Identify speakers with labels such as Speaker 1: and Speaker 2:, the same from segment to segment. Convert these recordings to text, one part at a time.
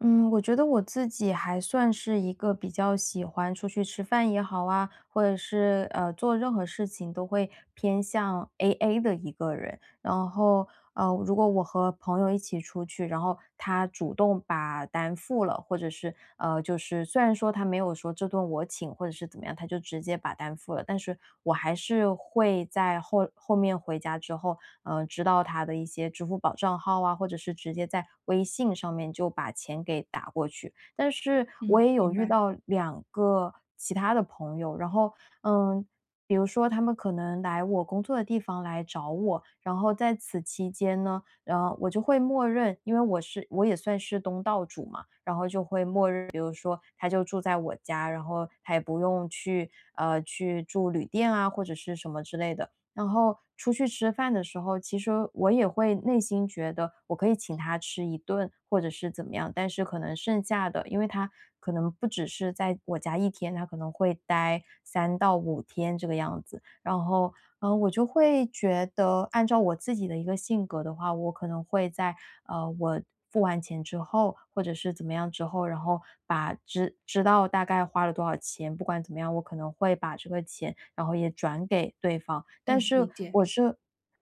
Speaker 1: 嗯，我觉得我自己还算是一个比较喜欢出去吃饭也好啊，或者是做任何事情都会偏向 AA 的一个人。然后，如果我和朋友一起出去，然后他主动把单付了，或者是就是虽然说他没有说这顿我请或者是怎么样，他就直接把单付了，但是我还是会在后面回家之后，知道他的一些支付宝账号啊，或者是直接在微信上面就把钱给打过去。但是我
Speaker 2: 嗯，
Speaker 1: 也有
Speaker 2: 明
Speaker 1: 遇
Speaker 2: 白，
Speaker 1: 到两个其他的朋友，然后嗯，比如说他们可能来我工作的地方来找我，然后在此期间呢，我就会默认，因为我也算是东道主嘛，然后就会默认，比如说他就住在我家，然后他也不用去住旅店啊或者是什么之类的，然后出去吃饭的时候，其实我也会内心觉得我可以请他吃一顿，或者是怎么样，但是可能剩下的，因为他可能不只是在我家一天，他可能会待三到五天这个样子。然后，我就会觉得，按照我自己的一个性格的话，我可能会在我付完钱之后，或者是怎么样之后，然后把知道大概花了多少钱，不管怎么样，我可能会把这个钱，然后也转给对方。但
Speaker 2: 哎，理
Speaker 1: 是
Speaker 2: 解，
Speaker 1: 我是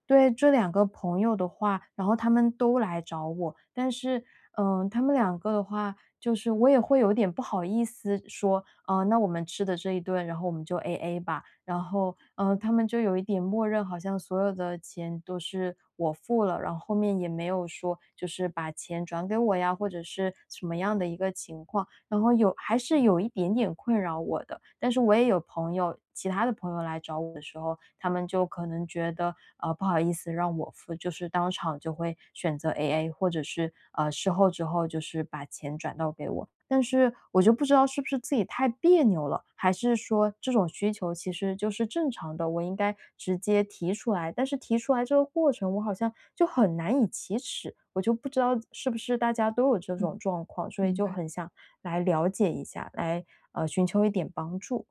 Speaker 1: 对这两个朋友的话，然后他们都来找我，但是，他们两个的话，就是我也会有点不好意思说，那我们吃的这一顿，然后我们就 A A 吧。然后，他们就有一点默认，好像所有的钱都是我付了，然后后面也没有说就是把钱转给我呀，或者是什么样的一个情况，然后还是有一点点困扰我的。但是我也有朋友，其他的朋友来找我的时候，他们就可能觉得，不好意思让我付，就是当场就会选择 AA，或者是事后之后就是把钱转到给我。但是我就不知道是不是自己太别扭了，还是说这种需求其实就是正常的，我应该直接提出来。但是提出来这个过程，我好像就很难以启齿，我就不知道是不是大家都有这种
Speaker 2: 嗯，
Speaker 1: 状况，所以
Speaker 2: 明
Speaker 1: 就
Speaker 2: 白，
Speaker 1: 很想来了解一下，来寻求一点帮助。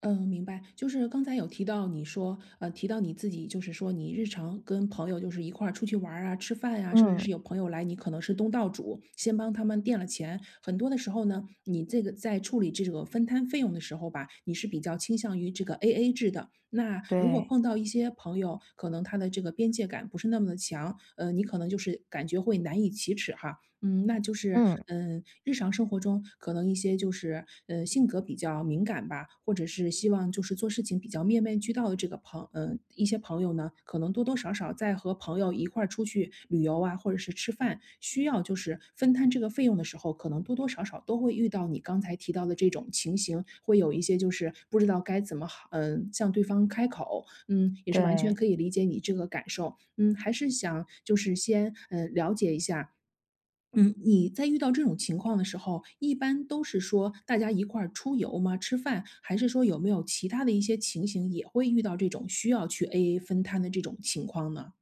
Speaker 2: 嗯，明白。就是刚才有提到你说，提到你自己，就是说你日常跟朋友就是一块儿出去玩儿啊、吃饭呀、甚至是
Speaker 1: 嗯，
Speaker 2: 有朋友来，你可能是东道主，先帮他们垫了钱。很多的时候呢，你这个在处理这个分摊费用的时候吧，你是比较倾向于这个 AA 制的。那如果
Speaker 1: 对，
Speaker 2: 碰到一些朋友，可能他的这个边界感不是那么的强，你可能就是感觉会难以启齿哈。那就是，
Speaker 1: 嗯，
Speaker 2: 日常生活中可能一些就是，性格比较敏感吧，或者是希望就是做事情比较面面俱到的这个一些朋友呢，可能多多少少在和朋友一块儿出去旅游啊，或者是吃饭，需要就是分摊这个费用的时候，可能多多少少都会遇到你刚才提到的这种情形，会有一些就是不知道该怎么好，向对方开口，也是完全
Speaker 1: 对。
Speaker 2: 可以理解你这个感受，还是想就是先，了解一下，你在遇到这种情况的时候，一般都是说大家一块儿出游吗？吃饭，还是说有没有其他的一些情形也会遇到这种需要去 AA 分摊的这种情况呢？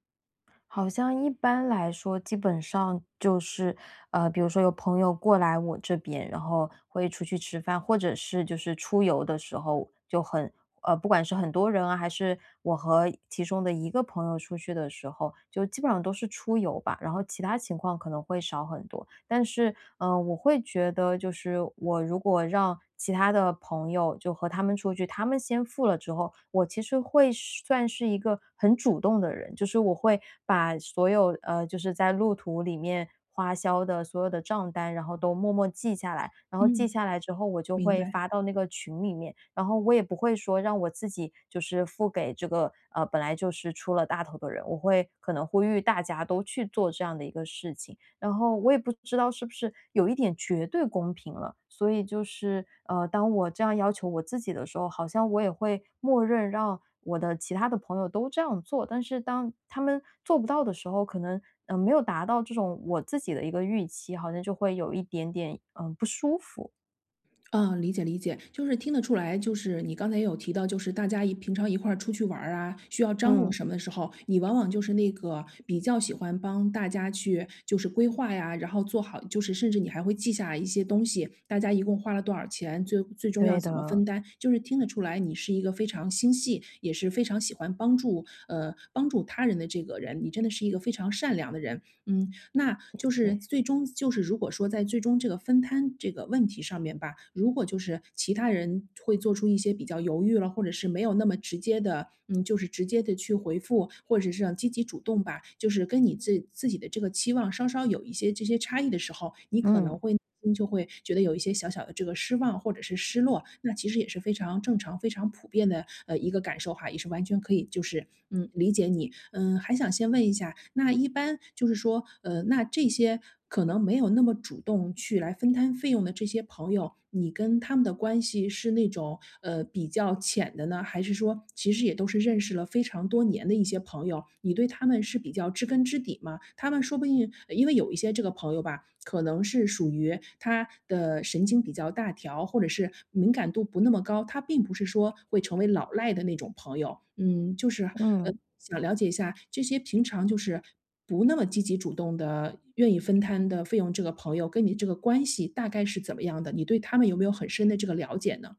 Speaker 1: 好像一般来说，基本上就是，比如说有朋友过来我这边，然后会出去吃饭，或者是就是出游的时候就很，不管是很多人啊，还是我和其中的一个朋友出去的时候，就基本上都是出游吧，然后其他情况可能会少很多。但是我会觉得就是我如果让其他的朋友就和他们出去，他们先付了之后，我其实会是算是一个很主动的人，就是我会把所有就是在路途里面花销的所有的账单，然后都默默记下来，然后记
Speaker 2: 嗯。
Speaker 1: 下来之后，我就
Speaker 2: 明
Speaker 1: 会
Speaker 2: 白。
Speaker 1: 发到那个群里面，然后我也不会说让我自己就是付给这个本来就是出了大头的人，我会可能呼吁大家都去做这样的一个事情。然后我也不知道是不是有一点绝对公平了，所以就是，当我这样要求我自己的时候，好像我也会默认让我的其他的朋友都这样做，但是当他们做不到的时候，可能，没有达到这种我自己的一个预期，好像就会有一点点，不舒服。
Speaker 2: 嗯，理解理解，就是听得出来，就是你刚才也有提到，就是大家一平常一块儿出去玩儿啊，需要张罗
Speaker 1: 嗯，
Speaker 2: 什么的时候，你往往就是那个比较喜欢帮大家去就是规划呀，然后做好，就是甚至你还会记下一些东西，大家一共花了多少钱，最终要
Speaker 1: 对
Speaker 2: 怎么
Speaker 1: 的，
Speaker 2: 分担，就是听得出来你是一个非常心细，也是非常喜欢帮助他人的这个人，你真的是一个非常善良的人。嗯，那
Speaker 1: 谢
Speaker 2: 就是
Speaker 1: 谢。
Speaker 2: 最终就是如果说在最终这个分摊这个问题上面吧，如果就是其他人会做出一些比较犹豫了，或者是没有那么直接的，就是直接的去回复，或者是积极主动吧，就是跟你自己的这个期望稍稍有一些这些差异的时候，你可
Speaker 1: 嗯，
Speaker 2: 能会心就会觉得有一些小小的这个失望或者是失落，那其实也是非常正常、非常普遍的，一个感受哈，也是完全可以就是理解你。嗯，还想先问一下，那一般就是说，那这些可能没有那么主动去来分摊费用的这些朋友，你跟他们的关系是那种，比较浅的呢？还是说其实也都是认识了非常多年的一些朋友，你对他们是比较知根知底吗？他们说不定因为有一些这个朋友吧，可能是属于他的神经比较大条，或者是敏感度不那么高，他并不是说会成为老赖的那种朋友。嗯，就是，呃，
Speaker 1: 嗯。
Speaker 2: 想了解一下这些平常就是不那么积极主动的，愿意分摊的费用这个朋友跟你这个关系大概是怎么样的？你对他们有没有很深的这个了解呢？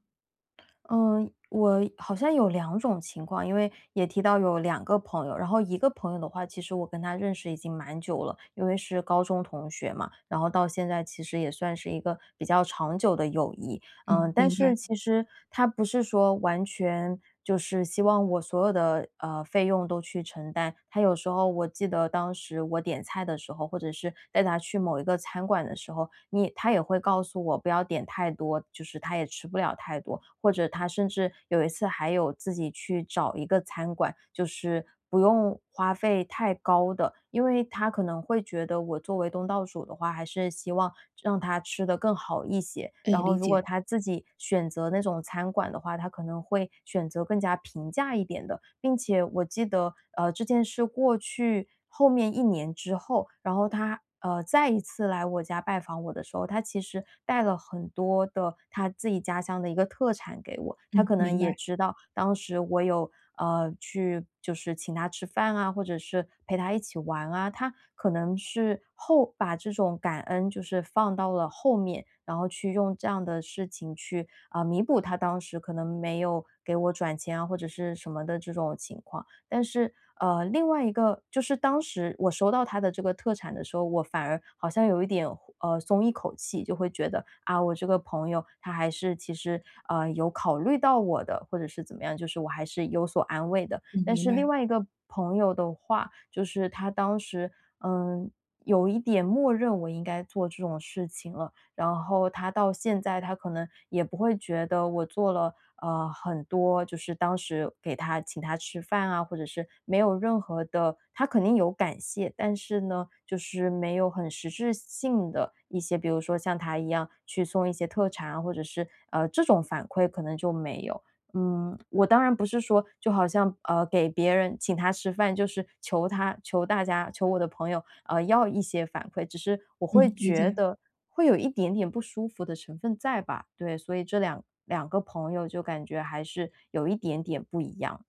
Speaker 1: 嗯，我好像有两种情况，因为也提到有两个朋友，然后一个朋友的话，其实我跟他认识已经蛮久了，因为是高中同学嘛，然后到现在其实也算是一个比较长久的友谊。
Speaker 2: 嗯，
Speaker 1: 但
Speaker 2: 明白，
Speaker 1: 是其实他不是说完全就是希望我所有的，费用都去承担。他有时候我记得当时我点菜的时候，或者是带他去某一个餐馆的时候，你他也会告诉我不要点太多，就是他也吃不了太多。或者他甚至有一次还有自己去找一个餐馆，就是不用花费太高的，因为他可能会觉得我作为东道主的话，还是希望让他吃的更好一些。
Speaker 2: 哎，
Speaker 1: 然后
Speaker 2: 理
Speaker 1: 如
Speaker 2: 解，
Speaker 1: 果他自己选择那种餐馆的话，他可能会选择更加平价一点的，并且我记得，这件事过去后面一年之后，然后他再一次来我家拜访我的时候，他其实带了很多的他自己家乡的一个特产给我。他
Speaker 2: 嗯，
Speaker 1: 可
Speaker 2: 明
Speaker 1: 能也
Speaker 2: 白，
Speaker 1: 知道当时我有，去就是请他吃饭啊，或者是陪他一起玩啊。他可能是后把这种感恩就是放到了后面，然后去用这样的事情去，啊，弥补他当时可能没有给我转钱啊，或者是什么的这种情况。但是，另外一个就是当时我收到他的这个特产的时候，我反而好像有一点松一口气，就会觉得啊，我这个朋友他还是其实有考虑到我的，或者是怎么样，就是我还是有所安慰的。
Speaker 2: 嗯，
Speaker 1: 但
Speaker 2: 明
Speaker 1: 是另
Speaker 2: 白，
Speaker 1: 外一个朋友的话，就是他当时嗯。有一点默认我应该做这种事情了，然后他到现在他可能也不会觉得我做了很多就是当时给他请他吃饭啊，或者是没有任何的他肯定有感谢，但是呢，就是没有很实质性的一些，比如说像他一样去送一些特产啊，或者是，这种反馈可能就没有。我当然不是说就好像，给别人请他吃饭，就是求他求大家求我的朋友要一些反馈，只是我会
Speaker 2: 嗯，理
Speaker 1: 觉
Speaker 2: 解。
Speaker 1: 得会有一点点不舒服的成分在吧，对，所以这两个朋友就感觉还是有一点点不一样。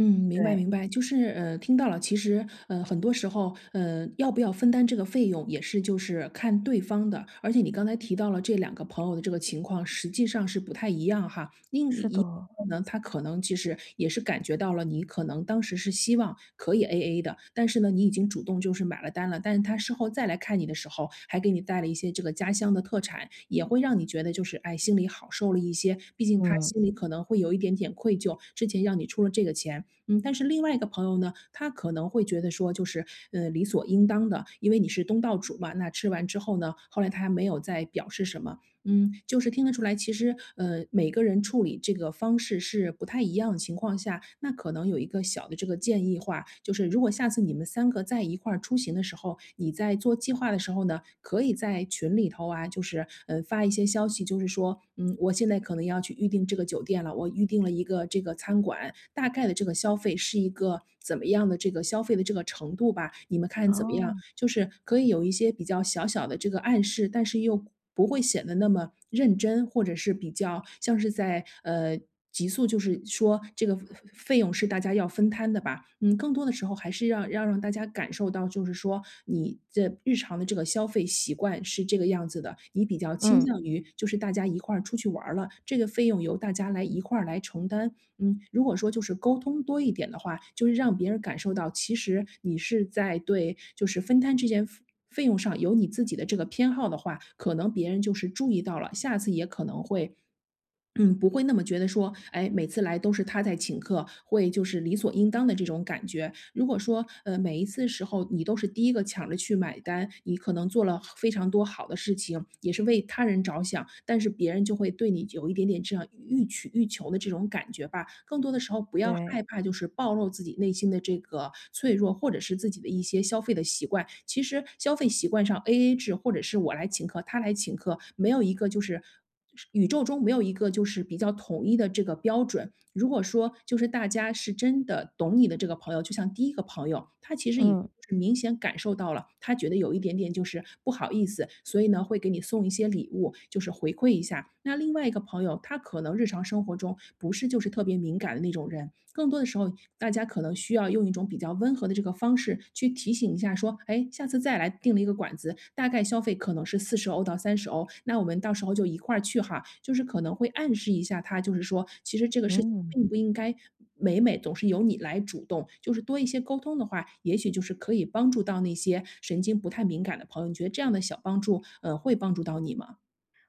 Speaker 2: 嗯，明白
Speaker 1: 对，
Speaker 2: 明白，就是听到了。其实很多时候要不要分担这个费用也是就是看对方的。而且你刚才提到了这两个朋友的这个情况，实际上是不太一样哈。另
Speaker 1: 是
Speaker 2: 一
Speaker 1: 的，
Speaker 2: 个呢，他可能其实也是感觉到了你可能当时是希望可以 AA 的，但是呢，你已经主动就是买了单。但是他事后再来看你的时候，还给你带了一些这个家乡的特产，也会让你觉得就是，哎，心里好受了一些。毕竟他
Speaker 1: 嗯，
Speaker 2: 心里可能会有一点点愧疚，之前让你出了这个钱。嗯，但是另外一个朋友呢，他可能会觉得说就是，理所应当的，因为你是东道主嘛，那吃完之后呢，后来他没有再表示什么，就是听得出来，其实每个人处理这个方式是不太一样的情况下，那可能有一个小的这个建议话，就是如果下次你们三个在一块儿出行的时候，你在做计划的时候呢，可以在群里头啊，就是发一些消息，就是说，我现在可能要去预定这个酒店了，我预定了一个这个餐馆，大概的这个消费是一个怎么样的这个消费的这个程度吧，你们看怎么样？
Speaker 1: 哦，
Speaker 2: 就是可以有一些比较小小的这个暗示，但是又不会显得那么认真，或者是比较像是在急速就是说，这个费用是大家要分摊的吧？嗯，更多的时候还是要让大家感受到，就是说你这日常的这个消费习惯是这个样子的，你比较倾
Speaker 1: 嗯，
Speaker 2: 向于就是大家一块儿出去玩儿了，这个费用由大家来一块儿来承担。如果说就是沟通多一点的话，就是让别人感受到，其实你是在对就是分摊这件费用上有你自己的这个偏好的话，可能别人就是注意到了，下次也可能会不会那么觉得说，哎，每次来都是他在请客，会就是理所应当的这种感觉。如果说，每一次时候你都是第一个抢着去买单，你可能做了非常多好的事情，也是为他人着想，但是别人就会对你有一点点这样欲取欲求的这种感觉吧。更多的时候，不要害
Speaker 1: 对，
Speaker 2: 怕，就是暴露自己内心的这个脆弱，或者是自己的一些消费的习惯。其实消费习惯上，A A 制或者是我来请客，他来请客，没有一个就是。宇宙中没有一个就是比较统一的这个标准。如果说就是大家是真的懂你的这个朋友，就像第一个朋友，他其实已经
Speaker 1: 嗯。
Speaker 2: 是明显感受到了，他觉得有一点点就是不好意思，所以呢会给你送一些礼物，就是回馈一下。那另外一个朋友，他可能日常生活中不是就是特别敏感的那种人，更多的时候大家可能需要用一种比较温和的这个方式去提醒一下说，哎，下次再来订了一个馆子，大概消费可能是40欧到30欧，那我们到时候就一块儿去哈。就是可能会暗示一下他，就是说其实这个事情
Speaker 1: 嗯。
Speaker 2: 并不应该每每总是由你来主动，就是多一些沟通的话，也许就是可以帮助到那些神经不太敏感的朋友，你觉得这样的小帮助，会帮助到你吗？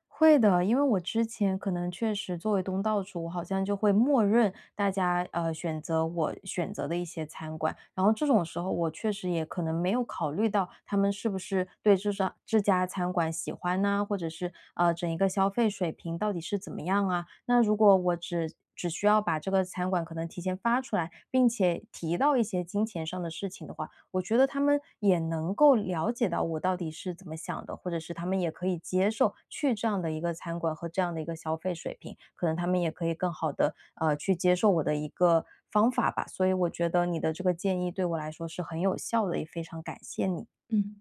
Speaker 1: 会的，因为我之前可能确实作为东道主，我好像就会默认大家选择我选择的一些餐馆，然后这种时候我确实也可能没有考虑到他们是不是对这家餐馆喜欢呐、或者是整一个消费水平到底是怎么样啊？那如果我只需要把这个餐馆可能提前发出来，并且提到一些金钱上的事情的话，我觉得他们也能够了解到我到底是怎么想的，或者是他们也可以接受去这样的一个餐馆和这样的一个消费水平，可能他们也可以更好的去接受我的一个方法吧。所以我觉得你的这个建议对我来说是很有效的，也非常感谢你。
Speaker 2: 嗯。